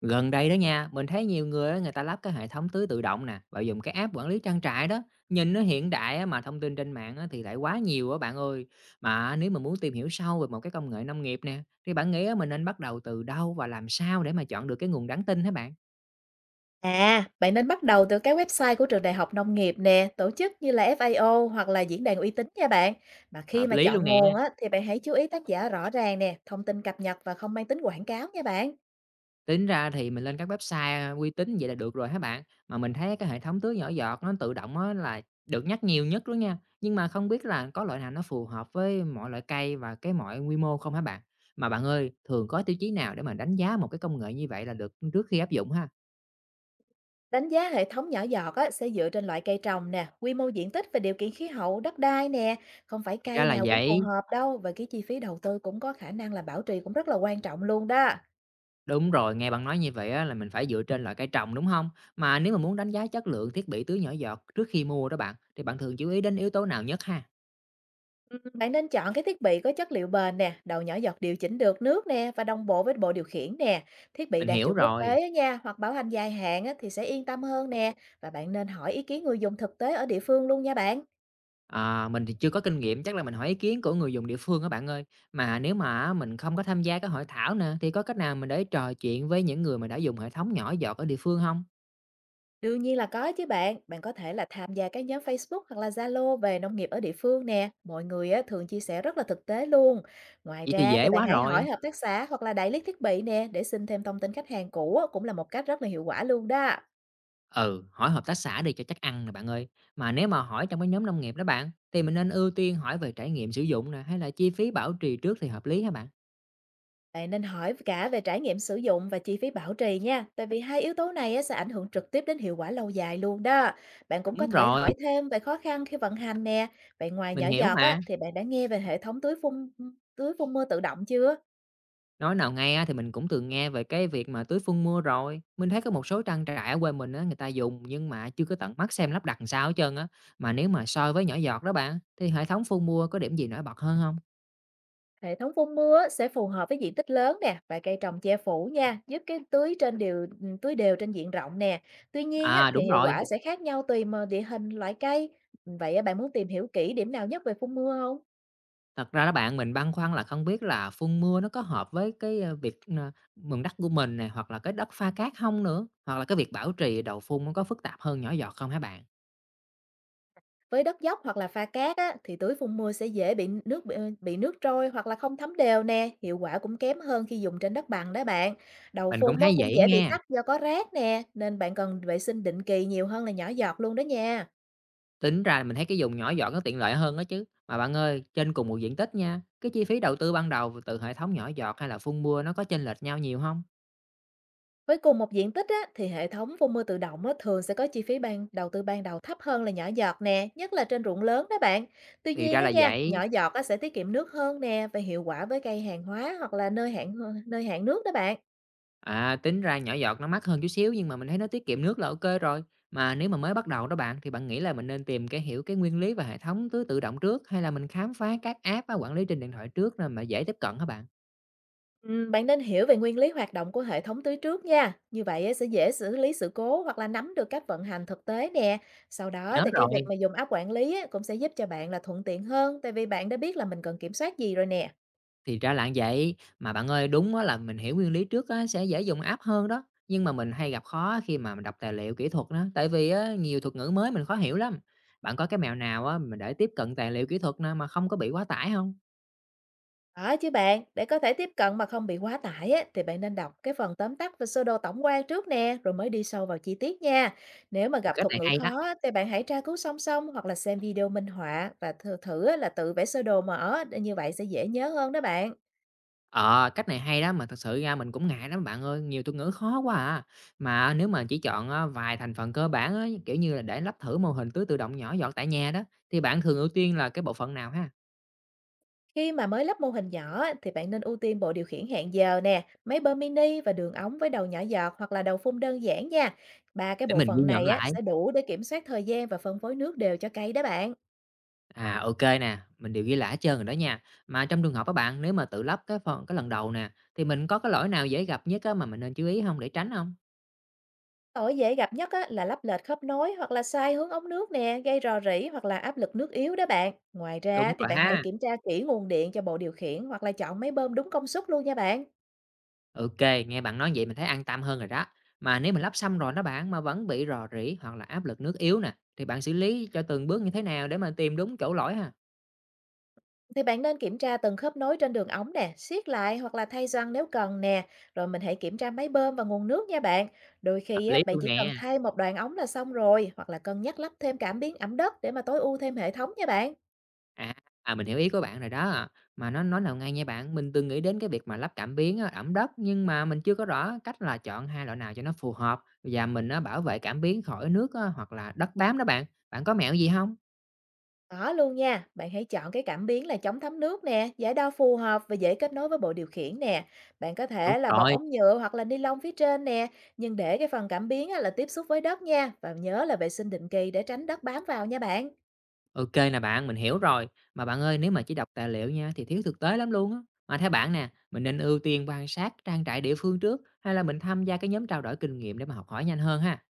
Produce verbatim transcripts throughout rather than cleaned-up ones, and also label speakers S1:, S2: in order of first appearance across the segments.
S1: Gần đây đó nha, mình thấy nhiều người á, người ta lắp cái hệ thống tưới tự động nè, và dùng cái app quản lý trang trại đó. Nhìn nó hiện đại á, mà thông tin trên mạng á, thì lại quá nhiều á bạn ơi. Mà nếu mà muốn tìm hiểu sâu về một cái công nghệ nông nghiệp nè, thì bạn nghĩ á, mình nên bắt đầu từ đâu và làm sao để mà chọn được cái nguồn đáng tin hả bạn?
S2: À, bạn nên bắt đầu từ cái website của trường đại học nông nghiệp nè, tổ chức như là pha o hoặc là diễn đàn uy tín nha bạn. Mà khi
S1: Hợp
S2: mà
S1: lý luôn
S2: chọn
S1: nè.
S2: nguồn á, thì bạn hãy chú ý tác giả rõ ràng nè, thông tin cập nhật và không mang tính quảng cáo nha bạn.
S1: Tính ra thì mình lên các website uy tín vậy là được rồi hả bạn? Mà mình thấy cái hệ thống tưới nhỏ giọt nó tự động á là được nhắc nhiều nhất đó nha. Nhưng mà không biết là có loại nào nó phù hợp với mọi loại cây và cái mọi quy mô không hả bạn? Mà bạn ơi, thường có tiêu chí nào để mà đánh giá một cái công nghệ như vậy là được trước khi áp dụng ha?
S2: Đánh giá hệ thống nhỏ giọt á, sẽ dựa trên loại cây trồng nè, quy mô diện tích và điều kiện khí hậu, đất đai nè. Không phải
S1: Thì ra
S2: cây
S1: là
S2: nào cũng phù
S1: vậy.
S2: hợp đâu, và cái chi phí đầu tư cũng có khả năng là bảo trì cũng rất là quan trọng luôn đó.
S1: Đúng rồi, nghe bạn nói như vậy á, là mình phải dựa trên loại cây trồng đúng không? Mà nếu mà muốn đánh giá chất lượng thiết bị tưới nhỏ giọt trước khi mua đó bạn, thì bạn thường chú ý đến yếu tố nào nhất ha?
S2: Ừm, bạn nên chọn cái thiết bị có chất liệu bền nè, đầu nhỏ giọt điều chỉnh được nước nè và đồng bộ với bộ điều khiển nè. Thiết bị
S1: Mình
S2: đạt
S1: hiểu
S2: chuẩn quốc
S1: rồi.
S2: tế á nha, hoặc bảo hành dài hạn á, thì sẽ yên tâm hơn nè. Và bạn nên hỏi ý kiến người dùng thực tế ở địa phương luôn nha bạn.
S1: À, mình thì chưa có kinh nghiệm, chắc là mình hỏi ý kiến của người dùng địa phương á bạn ơi. Mà nếu mà á, mình không có tham gia các hội thảo nè, thì có cách nào mình để trò chuyện với những người mà đã dùng hệ thống nhỏ giọt ở địa phương không?
S2: Đương nhiên là có chứ bạn, bạn có thể là tham gia các nhóm Facebook hoặc là Zalo về nông nghiệp ở địa phương nè. Mọi người á, thường chia sẻ rất là thực tế luôn. Ngoài
S1: Vậy thì
S2: ra
S1: dễ
S2: thì bạn
S1: quá
S2: hãy
S1: rồi.
S2: hỏi hợp tác xã hoặc là đại lý thiết bị nè, để xin thêm thông tin khách hàng cũ á, cũng là một cách rất là hiệu quả luôn đó.
S1: Ừ, hỏi hợp tác xã đi cho chắc ăn nè bạn ơi. Mà nếu mà hỏi trong cái nhóm nông nghiệp đó bạn, thì mình nên ưu tiên hỏi về trải nghiệm sử dụng nè, hay là chi phí bảo trì trước thì hợp lý hả bạn?
S2: Bạn nên hỏi cả về trải nghiệm sử dụng và chi phí bảo trì nha, tại vì hai yếu tố này á, sẽ ảnh hưởng trực tiếp đến hiệu quả lâu dài luôn đó. Bạn cũng có
S1: Đúng
S2: thể
S1: rồi,
S2: hỏi thêm về khó khăn khi vận hành nè. Vậy ngoài
S1: mình
S2: nhỏ
S1: hiểu
S2: giọt á,
S1: mà.
S2: thì bạn đã nghe về hệ thống tưới phun tưới phun mưa tự động chưa?
S1: Nói nào ngay á, thì mình cũng từng nghe về cái việc mà tưới phun mưa rồi. Mình thấy có một số trang trại ở quê mình á, người ta dùng nhưng mà chưa có tận mắt xem lắp đặt làm sao hết trơn á. Mà nếu mà so với nhỏ giọt đó bạn, thì hệ thống phun mưa có điểm gì nổi bật hơn không?
S2: Hệ thống phun mưa á, sẽ phù hợp với diện tích lớn nè và cây trồng che phủ nha, giúp cái tưới trên đều tưới đều trên diện rộng nè. Tuy nhiên á,
S1: À
S2: thì
S1: đúng
S2: hiệu
S1: rồi,
S2: quả sẽ khác nhau tùy mà địa hình, loại cây. Vậy á, bạn muốn tìm hiểu kỹ điểm nào nhất về phun mưa không?
S1: thật ra đó bạn mình băn khoăn là không biết là phun mưa nó có hợp với cái ờ, việc ờ, mừng đất của mình này hoặc là cái đất pha cát không nữa, hoặc là cái việc bảo trì đầu phun nó có phức tạp hơn nhỏ giọt không hả bạn?
S2: Với đất dốc hoặc là pha cát á, thì tưới phun mưa sẽ dễ bị nước bị, ờ, bị nước trôi hoặc là không thấm đều nè, hiệu quả cũng kém hơn khi dùng trên đất bằng đó bạn. Đầu
S1: Mình cũng
S2: phun á,
S1: thấy
S2: cũng
S1: vậy
S2: dễ bị
S1: nghe.
S2: tắc do có rác nè, nên bạn cần vệ sinh định kỳ nhiều hơn là nhỏ giọt luôn đó nha.
S1: Tính ra mình thấy cái dùng nhỏ giọt nó tiện lợi hơn đó chứ. Mà bạn ơi, trên cùng một diện tích nha, cái chi phí đầu tư ban đầu từ hệ thống nhỏ giọt hay là phun mưa nó có chênh lệch nhau nhiều không?
S2: Với cùng một diện tích á, thì hệ thống phun mưa tự động á, thường sẽ có chi phí ban đầu tư ban đầu thấp hơn là nhỏ giọt nè, nhất là trên ruộng lớn đó bạn. Tuy
S1: Thì ra
S2: nhiên á
S1: là
S2: nha,
S1: vậy.
S2: nhỏ giọt á, sẽ tiết kiệm nước hơn nè và hiệu quả với cây hàng hóa hoặc là nơi hạn nơi hạn nước đó bạn.
S1: À, tính ra nhỏ giọt nó mắc hơn chút xíu nhưng mà mình thấy nó tiết kiệm nước là ok rồi. Mà nếu mà mới bắt đầu đó bạn, thì bạn nghĩ là mình nên tìm cái hiểu cái nguyên lý và hệ thống tưới tự động trước hay là mình khám phá các app á, quản lý trên điện thoại trước nên mà dễ tiếp cận hả bạn?
S2: Ừm, bạn nên hiểu về nguyên lý hoạt động của hệ thống tưới trước nha. Như vậy á, sẽ dễ xử lý sự cố hoặc là nắm được cách vận hành thực tế nè. Sau đó
S1: Nhớ
S2: thì cái
S1: rồi.
S2: việc mà dùng app quản lý á, cũng sẽ giúp cho bạn là thuận tiện hơn, tại vì bạn đã biết là mình cần kiểm soát gì rồi nè.
S1: Thì ra là vậy, mà bạn ơi, đúng á là mình hiểu nguyên lý trước á sẽ dễ dùng app hơn đó, nhưng mà mình hay gặp khó khi mà mình đọc tài liệu kỹ thuật đó, tại vì á nhiều thuật ngữ mới mình khó hiểu lắm. Bạn có cái mẹo nào á mình để tiếp cận tài liệu kỹ thuật nè mà không có bị quá tải không?
S2: Đó chứ bạn, để có thể tiếp cận mà không bị quá tải á, thì bạn nên đọc cái phần tóm tắt và sơ đồ tổng quan trước nè, rồi mới đi sâu vào chi tiết nha. Nếu mà
S1: Ừ,
S2: gặp
S1: cách
S2: thuật
S1: này
S2: ngữ
S1: hay đó.
S2: khó á, thì bạn hãy tra cứu song song hoặc là xem video minh họa, và thử, thử á, là tự vẽ sơ đồ mở, như vậy sẽ dễ nhớ hơn đó bạn.
S1: Ờ, cách này hay đó, mà thật sự ra mình cũng ngại lắm bạn ơi, nhiều thuật ngữ khó quá à. Mà nếu mà chỉ chọn á vài thành phần cơ bản á, kiểu như là, để lắp thử mô hình tưới tự động nhỏ giọt tại nhà đó, thì bạn thường ưu tiên là cái bộ phận nào ha?
S2: Khi mà mới lắp mô hình nhỏ á, thì bạn nên ưu tiên bộ điều khiển hẹn giờ nè, máy bơm mini và đường ống với đầu nhỏ giọt hoặc là đầu phun đơn giản nha. Ba cái
S1: Để
S2: bộ
S1: mình ghi
S2: phận
S1: nhận
S2: này á,
S1: lại.
S2: sẽ đủ để kiểm soát thời gian và phân phối nước đều cho cây đó bạn.
S1: À, ok nè, mình đều ghi lại hết trơn rồi đó nha. Mà trong trường hợp các bạn, nếu mà tự lắp cái phần cái lần đầu nè, thì mình có cái lỗi nào dễ gặp nhất á mà mình nên chú ý không để tránh không?
S2: Lỗi dễ gặp nhất á, là lắp lệch khớp nối hoặc là sai hướng ống nước nè, gây rò rỉ hoặc là áp lực nước yếu đó bạn. Ngoài
S1: Đúng
S2: ra thì
S1: rồi
S2: bạn hãy
S1: ha.
S2: kiểm tra kỹ nguồn điện cho bộ điều khiển, hoặc là chọn máy bơm đúng công suất luôn nha bạn.
S1: Ok, nghe bạn nói vậy mình thấy an tâm hơn rồi đó. Mà nếu mình lắp xong rồi đó bạn, mà vẫn bị rò rỉ hoặc là áp lực nước yếu nè, thì bạn xử lý cho từng bước như thế nào để mà tìm đúng chỗ lỗi ha?
S2: Thì bạn nên kiểm tra từng khớp nối trên đường ống nè, siết lại hoặc là thay gioăng nếu cần nè. Rồi mình hãy kiểm tra máy bơm và nguồn nước nha bạn. Đôi
S1: Hợp
S2: khi á,
S1: lý
S2: bạn
S1: luôn
S2: chỉ cần
S1: nè.
S2: thay một đoạn ống là xong rồi, hoặc là cân nhắc lắp thêm cảm biến ẩm đất để mà tối ưu thêm hệ thống nha bạn.
S1: À, à, mình hiểu ý của bạn rồi đó. Mà nó nói nào ngay nha bạn, mình từng nghĩ đến cái việc mà lắp cảm biến á, ẩm đất nhưng mà mình chưa có rõ cách là chọn hai loại nào cho nó phù hợp và mình á, bảo vệ cảm biến khỏi nước á, hoặc là đất bám đó bạn. Bạn có mẹo gì không?
S2: Có luôn nha, bạn hãy chọn cái cảm biến là chống thấm nước nè, giải đo phù hợp và dễ kết nối với bộ điều khiển nè. Bạn có
S1: Đúng
S2: thể là bọc
S1: rồi,
S2: ống nhựa hoặc là ni lông phía trên nè, nhưng để cái phần cảm biến á, là tiếp xúc với đất nha, và nhớ là vệ sinh định kỳ để tránh đất bám vào nha bạn.
S1: Ok nè bạn, mình hiểu rồi. Mà bạn ơi, nếu mà chỉ đọc tài liệu nha thì thiếu thực tế lắm luôn á. Mà theo bạn nè, mình nên ưu tiên quan sát trang trại địa phương trước hay là mình tham gia cái nhóm trao đổi kinh nghiệm để mà học hỏi nhanh hơn ha?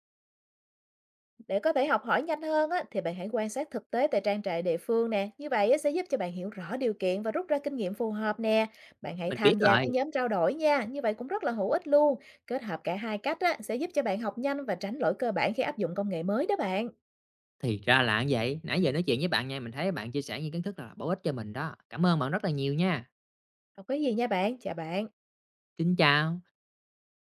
S2: Để có thể học hỏi nhanh hơn á, thì bạn hãy quan sát thực tế tại trang trại địa phương nè. Như vậy á, sẽ giúp cho bạn hiểu rõ điều kiện và rút ra kinh nghiệm phù hợp nè. Bạn hãy
S1: Mình biết
S2: tham gia
S1: rồi.
S2: các nhóm trao đổi nha. Như vậy cũng rất là hữu ích luôn. Kết hợp cả hai cách á, sẽ giúp cho bạn học nhanh và tránh lỗi cơ bản khi áp dụng công nghệ mới đó bạn.
S1: Thì ra là như vậy, nãy giờ nói chuyện với bạn nha, mình thấy bạn chia sẻ những kiến thức là bổ ích cho mình đó. Cảm ơn bạn rất là nhiều nha.
S2: Không có gì nha bạn. Chào bạn.
S1: Xin chào.